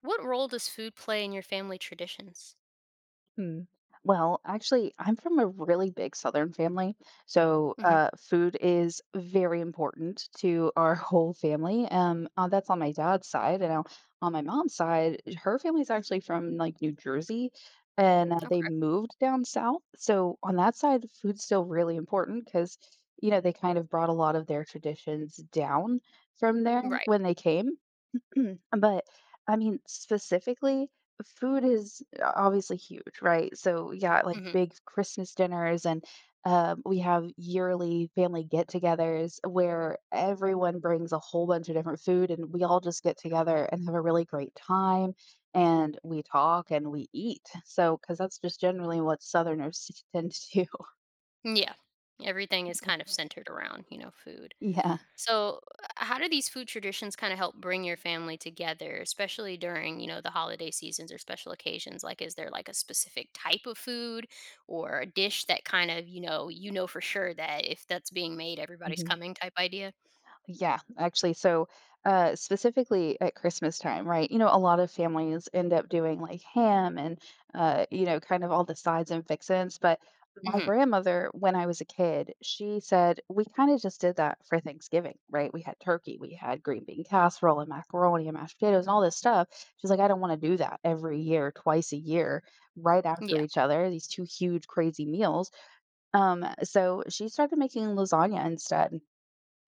What role does food play in your family traditions? Hmm. I'm from a really big Southern family. So, Mhm. Food is very important to our whole family. That's on my dad's side. And now on my mom's side, her family's actually from like New Jersey and they Okay. moved down south. So, on that side, food's still really important because, they kind of brought a lot of their traditions down from there Right. when they came. But specifically, food is obviously huge, right? So yeah, like Mhm. big Christmas dinners and we have yearly family get-togethers where everyone brings a whole bunch of different food and we all just get together and have a really great time, and we talk and we eat. So, because that's just generally what Southerners tend to Yeah. Everything is do. kind of centered around food. So, how do these food traditions kind of help bring your family together, especially during the holiday seasons or special occasions? Like, is there like a specific type of food or a dish that kind of you know for sure that if that's being made, everybody's Yeah. coming type idea? Yeah, actually, so specifically at Christmas time, right? You know, a lot of families end up doing like ham and, you know, kind of all the sides and fixins. But my Hmm. grandmother, when I was a kid, she said we kind of just did that for Thanksgiving, right? We had turkey, we had green bean casserole and macaroni and mashed potatoes and all this stuff. She's like, I don't want to do that every year, twice a year, right after Yeah. each other, these two huge, crazy meals. So she started making lasagna instead.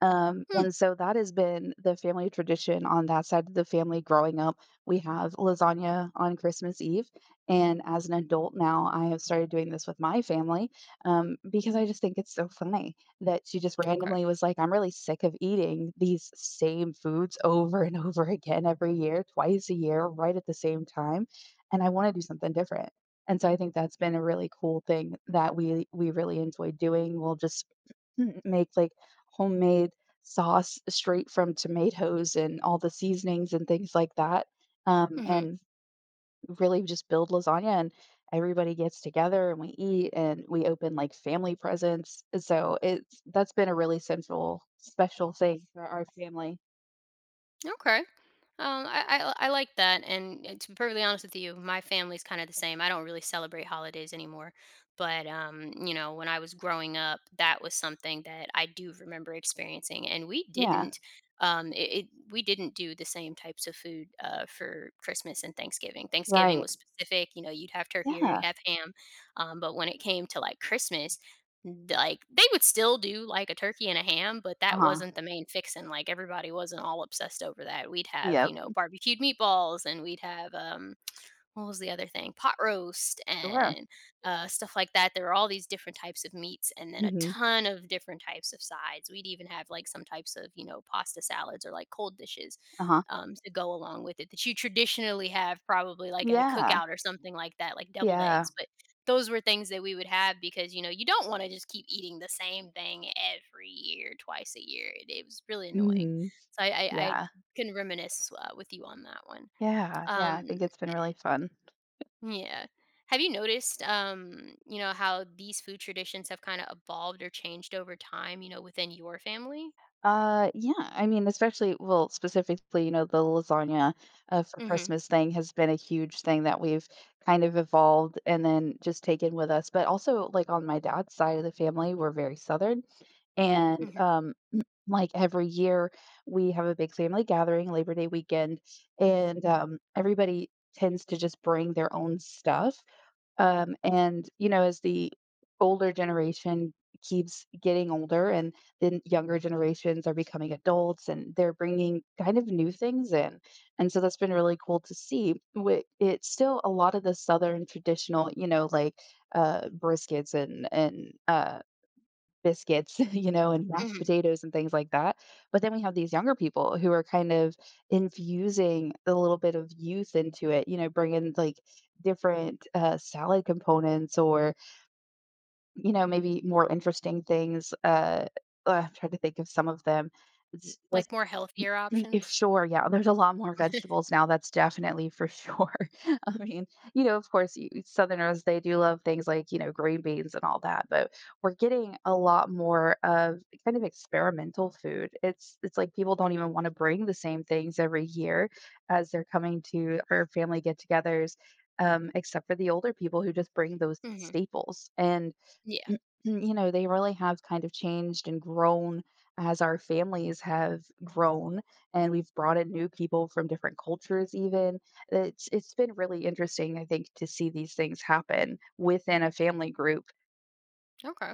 Um, Hmm. and so that has been the family tradition on that side of the family growing up. We have lasagna on Christmas Eve. And as an adult now, I have started doing this with my family because I just think it's so funny that she just Okay. randomly was like, I'm really sick of eating these same foods over and over again every year, twice a year, right at the same time. And I want to do something different. And so I think that's been a really cool thing that we really enjoy doing. We'll just make, like, homemade sauce straight from tomatoes and all the seasonings and things like that, um, Hmm. and really just build lasagna, and everybody gets together, and we eat, and we open, like, family presents, so it's that's been a really central, special thing for our family. Okay. I like that, and to be perfectly honest with you, my family's kind of the same. I don't really celebrate holidays anymore, but when I was growing up, that was something that I do remember experiencing, and we Yeah, didn't, um, it, it we didn't do the same types of food for Christmas and Thanksgiving. Thanksgiving right. was specific. You know, you'd have turkey or you'd Yeah. have ham, but when it came to like Christmas, like, they would still do, like, a turkey and a ham, but that Uh-huh. wasn't the main fixin', like, everybody wasn't all obsessed over that. We'd have, you Yep. know, barbecued meatballs, and we'd have, what was the other thing? Pot roast Sure. and stuff like that. There were all these different types of meats, and then a Mhm. ton of different types of sides. We'd even have like some types of you know pasta salads or like cold dishes Uh-huh. To go along with it that you traditionally have probably like at a Yeah. cookout or something like that, like deviled Yeah. eggs. But those were things that we would have because you know you don't want to just keep eating the same thing every year, twice a year. It was really annoying. Mhm. So I Yeah. can reminisce with you on that one. Yeah, yeah, I Um, think it's been really fun. yeah. Have you noticed, how these food traditions have kind of evolved or changed over time within your family? Yeah, I mean, especially, well, specifically, you know, the lasagna for Hmm. Christmas thing has been a huge thing that we've kind of evolved and then just taken with us. But also, like on my dad's side of the family, we're very Southern. And Hmm. Like every year, we have a big family gathering, Labor Day weekend, and everybody tends to just bring their own stuff. You know, as the older generation keeps getting older and then younger generations are becoming adults and they're bringing kind of new things in. And so that's been really cool to see. It's still a lot of the Southern traditional, you know, like briskets and biscuits, you know, and mashed Hmm. potatoes and things like that. But then we have these younger people who are kind of infusing a little bit of youth into it, you know, bringing like different salad components or, you know, maybe more interesting things. I'm trying to think of some of them. It's Like Just more healthier Mm, If options? sure, yeah, there's a lot more vegetables now. That's definitely for sure. I mean, you know, of course, you, Southerners they do love things like you know green beans and all that, but we're getting a lot more of kind of experimental food. It's like people don't even want to bring the same things every year as they're coming to our family get-togethers, except for the older people who just bring those Hmm. staples and Yeah. n- you know, they really have kind of changed and grown as our families have grown and we've brought in new people from different cultures even. It's been really interesting, I think, to see these things happen within a family group. Okay.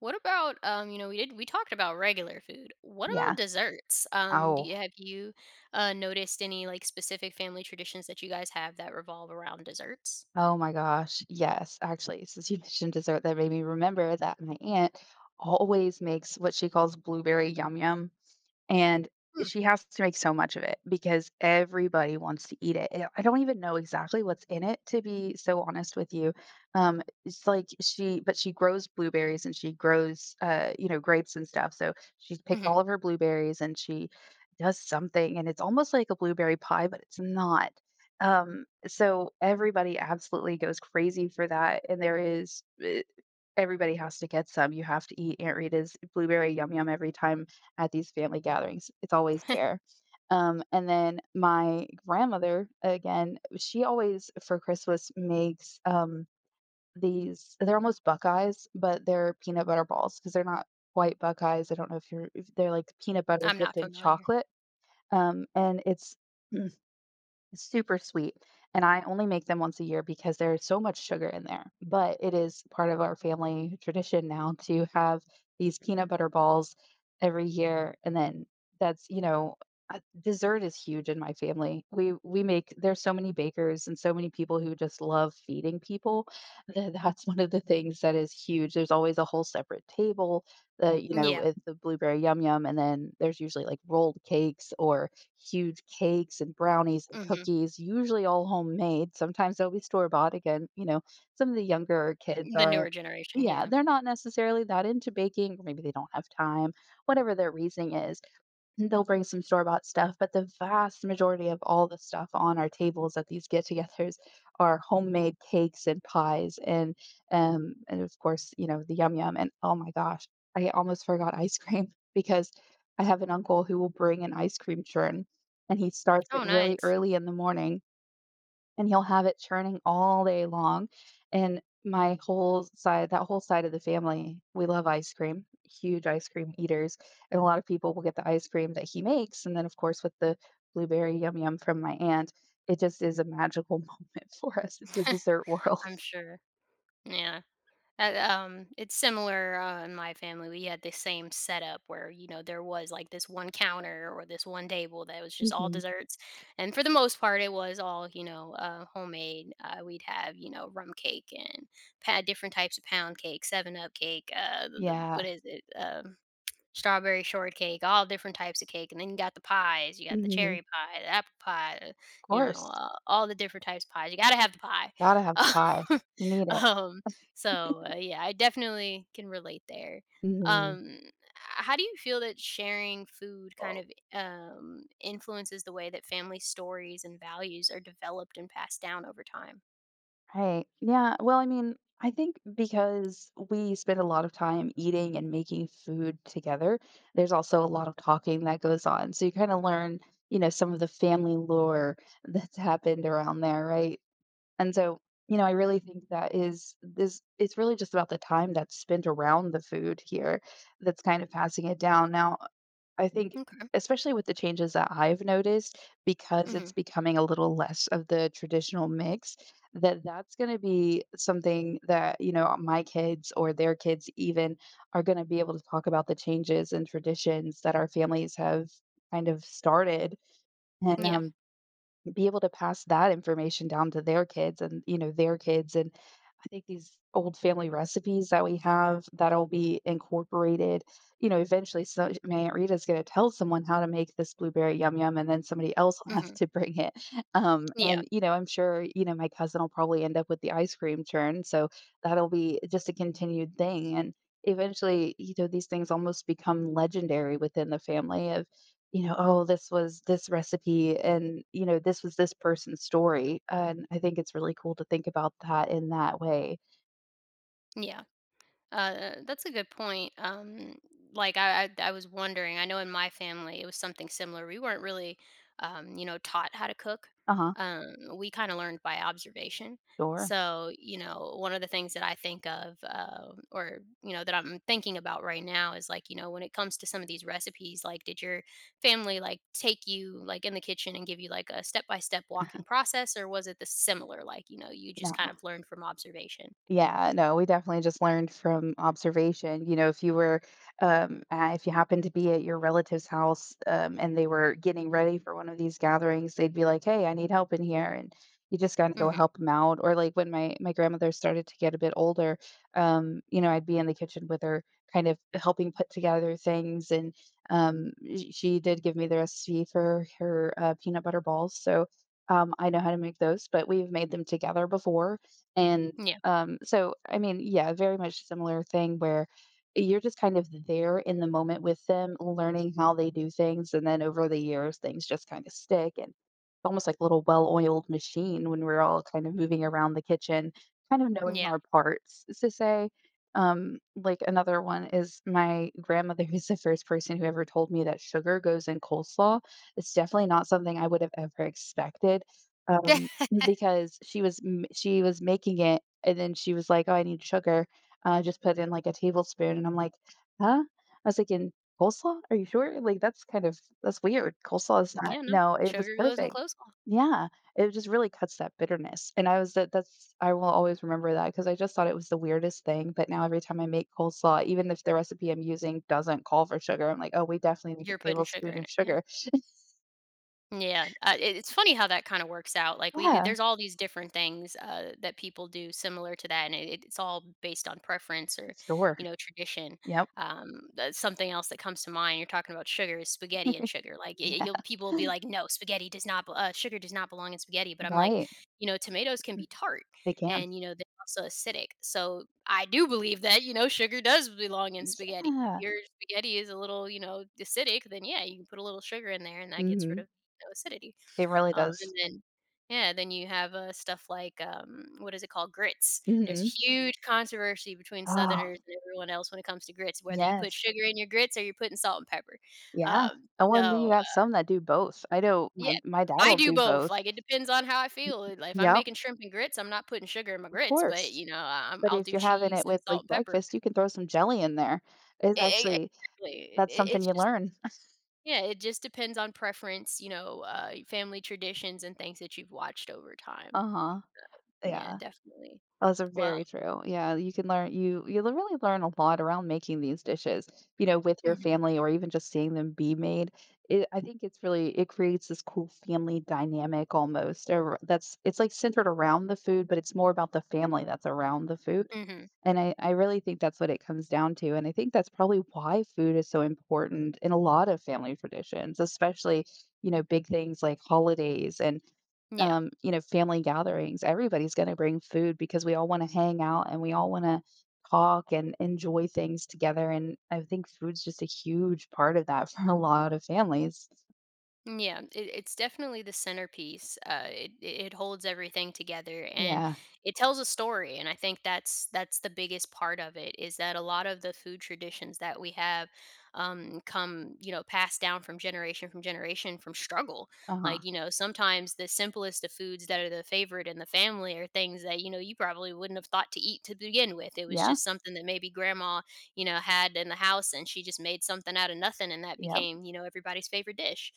What about, we talked about regular food. What about Yeah. desserts? Um, do Oh. you, have you uh, noticed any like specific family traditions that you guys have that revolve around desserts? Oh my gosh. Yes, actually, since you mentioned dessert, that made me remember that my aunt always makes what she calls blueberry yum yum. And she has to make so much of it because everybody wants to eat it. And I don't even know exactly what's in it, to be so honest with you. It's like she, but she grows blueberries and she grows, you know, grapes and stuff. So she picks Mm-hmm. all of her blueberries and she does something, and it's almost like a blueberry pie, but it's not. So everybody absolutely goes crazy for that, and everybody has to get some, you have to eat Aunt Rita's blueberry yum yum every time at these family gatherings, it's always there. And then my grandmother, again, she always for Christmas makes, these they're almost Buckeyes, but they're peanut butter balls because 'cause they're not quite Buckeyes, I don't know if you're if they're like peanut butter I'm dipped not in familiar. chocolate, and it's it's super sweet, and I only make them once a year because there's so much sugar in there, but it is part of our family tradition now to have these peanut butter balls every year, and then that's, you know, dessert is huge in my family. We make there's so many bakers and so many people who just love feeding people. That's one of the things that is huge. There's always a whole separate table, the you know, Yeah. with the blueberry yum yum, and then there's usually like rolled cakes or huge cakes and brownies and Hmm. cookies, usually all homemade. Sometimes they'll be store bought again. You know, some of the younger kids The newer aren't, generation. yeah, Yeah. they're not necessarily that into baking, or maybe they don't have time, whatever their reasoning is. They'll bring some store-bought stuff, but the vast majority of all the stuff on our tables at these get-togethers are homemade cakes and pies and of course, you know, the yum yum, and oh my gosh, I almost forgot ice cream because I have an uncle who will bring an ice cream churn, and he starts it Oh, really nice. early in the morning and he'll have it churning all day long, and my whole side that whole side of the family, we love ice cream, huge ice cream eaters, and a lot of people will get the ice cream that he makes, and then, of course, with the blueberry yum yum from my aunt, it just is a magical moment for us in the dessert world. I'm sure. Yeah. It's similar in my family. We had the same setup where there was like this one counter or this one table that was just all Mhm. desserts, and for the most part, it was all homemade. We'd have rum cake and different types of pound cake, Seven Up cake. Yeah. What is it? Strawberry shortcake, all different types of cake, and then you got the pies. You got the Mhm. cherry pie, the apple pie, Of course. All the different types of pies. You gotta have the pie. Gotta have pie. You need Um, it. so, yeah, I definitely can relate there. Mhm. Um, how do you feel that sharing food kind of influences the way that family stories and values are developed and passed down over time? Right. Yeah. Well, I mean, I think because we spend a lot of time eating and making food together, there's also a lot of talking that goes on. So you kind of learn, you know, some of the family lore that's happened around there, right? And so, you know, I really think that is this, it's really just about the time that's spent around the food here that's kind of passing it down. Now, I think Okay. especially with the changes that I've noticed because it's Mhm. becoming a little less of the traditional mix, that that's going to be something that, you know, my kids or their kids even are going to be able to talk about the changes and traditions that our families have kind of started and Yeah. Be able to pass that information down to their kids and you know their kids, and I think these old family recipes that we have that'll be incorporated, you know, eventually so my Aunt Rita's gonna tell someone how to make this blueberry yum yum, and then somebody else will have Mhm. to bring it. Yeah. You know, I'm sure, you know, my cousin will probably end up with the ice cream churn, so that'll be just a continued thing, and eventually, you know, these things almost become legendary within the family of, you know, "Oh, this was this recipe and, you know, this was this person's story," and I think it's really cool to think about that in that way. Yeah. That's a good point. Like I was wondering. I know in my family it was something similar. We weren't really, taught how to cook. Uh-huh. Um, we kind of learned by observation. Sure. So one of the things that I think of, or that I'm thinking about right now is like when it comes to some of these recipes, like, did your family like take you like in the kitchen and give you like a step by step walking process, or was it the similar, like you just kind Yeah. of learned from observation? Yeah, no, we definitely just learned from observation. You know, if you were, if you happened to be at your relative's house, and they were getting ready for one of these gatherings, they'd be like, "Hey, I need help in here," and you just gotta go Hmm. help them out. Or like when my grandmother started to get a bit older, you know, I'd be in the kitchen with her, kind of helping put together things, and she did give me the recipe for her peanut butter balls, so. I know how to make those, but we've made them together before and Yeah. so I mean, yeah, very much similar thing where you're just kind of there in the moment with them, learning how they do things, and then over the years, things just kind of stick, and it's almost like a little well-oiled machine when we're all kind of moving around the kitchen, kind of knowing Yeah. our parts, so to say. Like another one is my grandmother who's the first person who ever told me that sugar goes in coleslaw. It's definitely not something I would have ever expected. Um, because she was making it, and then she was like, "Oh, I need sugar." Just put in, like, a tablespoon, and I'm like, "Huh?" I was like, "In "Coleslaw? Are you sure?" Like, that's kind of that's weird. Coleslaw is not Yeah, no. no, it was Sugar glows and perfect. cloves off. Yeah, it just really cuts that bitterness, and I will always remember that because I just thought it was the weirdest thing, but now every time I make coleslaw, even if the recipe I'm using doesn't call for sugar, I'm like, "Oh, we definitely need You're a putting sugar tablespoon in of it, yeah. sugar." Yeah, it's funny how that kinda works out, like, Yeah, there's all these different things, that people do similar to that, and it's all based on preference orsure. Tradition. Yep. That's something else that comes to mind. You're talking about sugar is spaghetti and sugar, like, y Yeah. you'll people will be like, "No, spaghetti does not bel sugar does not belong in spaghetti," but I'm likeRight. Tomatoes can be tart They can. and they're also acidic, so I do believe that sugar does belong in spaghetti. Yeah. Your spaghetti is a little acidic, then yeah, you can put a little sugar in there and that gets rid of Mhm. no acidity. It really And does. then yeah, then you have, stuff like, what is it called? Grits. There's a Mhm. huge controversy between Oh, Southerners and everyone else when it comes to grits, whether you put yes. sugar in your grits or you're putting salt and pepper. Yeah. Um, Oh, well, and then you so, got some that do both. I know yeah, my I dad'll do do both. both. Like, it depends on how I feel. Like, if I'm Yep, making shrimp and grits, I'm not putting sugar in my of grits, butcourse. I I'm But I'll if do you're having cheese it and with, salt like, and pepper. breakfast, you can throw some jelly in there. It's E e actually Exactly. that's It something it's you just learn. yeah, it just depends on preference, family traditions and things that you've watched over time. Uh-huh. Yeah, Yeah. definitely. Those are Well. very true. Yeah, you can learn you you l really learn a lot around making these dishes, you know, with your Mhm. family or even just seeing them be made. It I think it's really it creates this cool family dynamic almost ar that's it's, like, centered around the food, but it's more about the family that's around the food, Mhm. and I really think that's what it comes down to, and I think that's probably why food is so important in a lot of family traditions, especially, you know, big things like holidays and, Yeah, you know, family gatherings, everybody's gonna bring food because we all wanna hang out and we all wanna talk and enjoy things together, and I think food's just a huge part of that for a lot of families. yeah, it's definitely the centerpiece. It holds everything together, and Yeah. it tells a story. And I think that's the biggest part of it is that a lot of the food traditions that we have come passed down from generation from generation from struggle. Uh-huh. Like sometimes the simplest of foods that are the favorite in the family are things that you probably wouldn't have thought to eat to begin with. It was Yeah. just something that maybe grandma had in the house, and she just made something out of nothing, and that Yeah. became everybody's favorite dish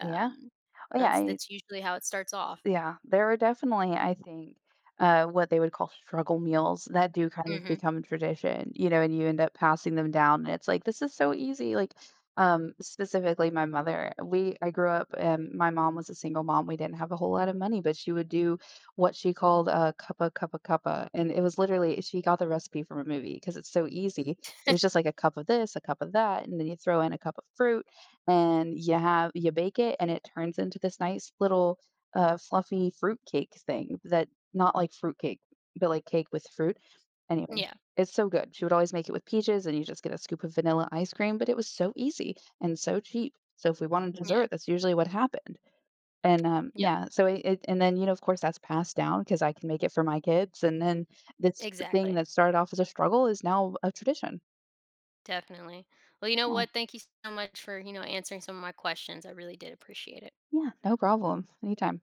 Yeah. Oh, that's yeah. that's usually how it starts off. Yeah, there are definitely, I think, what they would call struggle meals that do kind of Mhm. become tradition, you know, and you end up passing them down. And it's like, this is so easy. Like, specifically my mother, I grew up, my mom was a single mom. We didn't have a whole lot of money, but she would do what she called a cuppa, cuppa, cuppa. And it was literally, she got the recipe from a movie because it's so easy. It was just like a cup of this, a cup of that. And then you throw in a cup of fruit and you bake it and it turns into this nice little, fluffy fruit cake thing that not like fruit cake, but like cake with fruit. Anyway, Yeah. it's so good. She would always make it with peaches and you just get a scoop of vanilla ice cream, but it was so easy and so cheap. So if we wanted Yeah. dessert, that's usually what happened. And Yep. yeah, so it and then, you know, of course that's passed down because I can make it for my kids, and then this thing Exactly. that started off as a struggle is now a tradition. Definitely. Well, you know Yeah. what? Thank you so much for answering some of my questions. I really did appreciate it. Yeah, no problem. Anytime.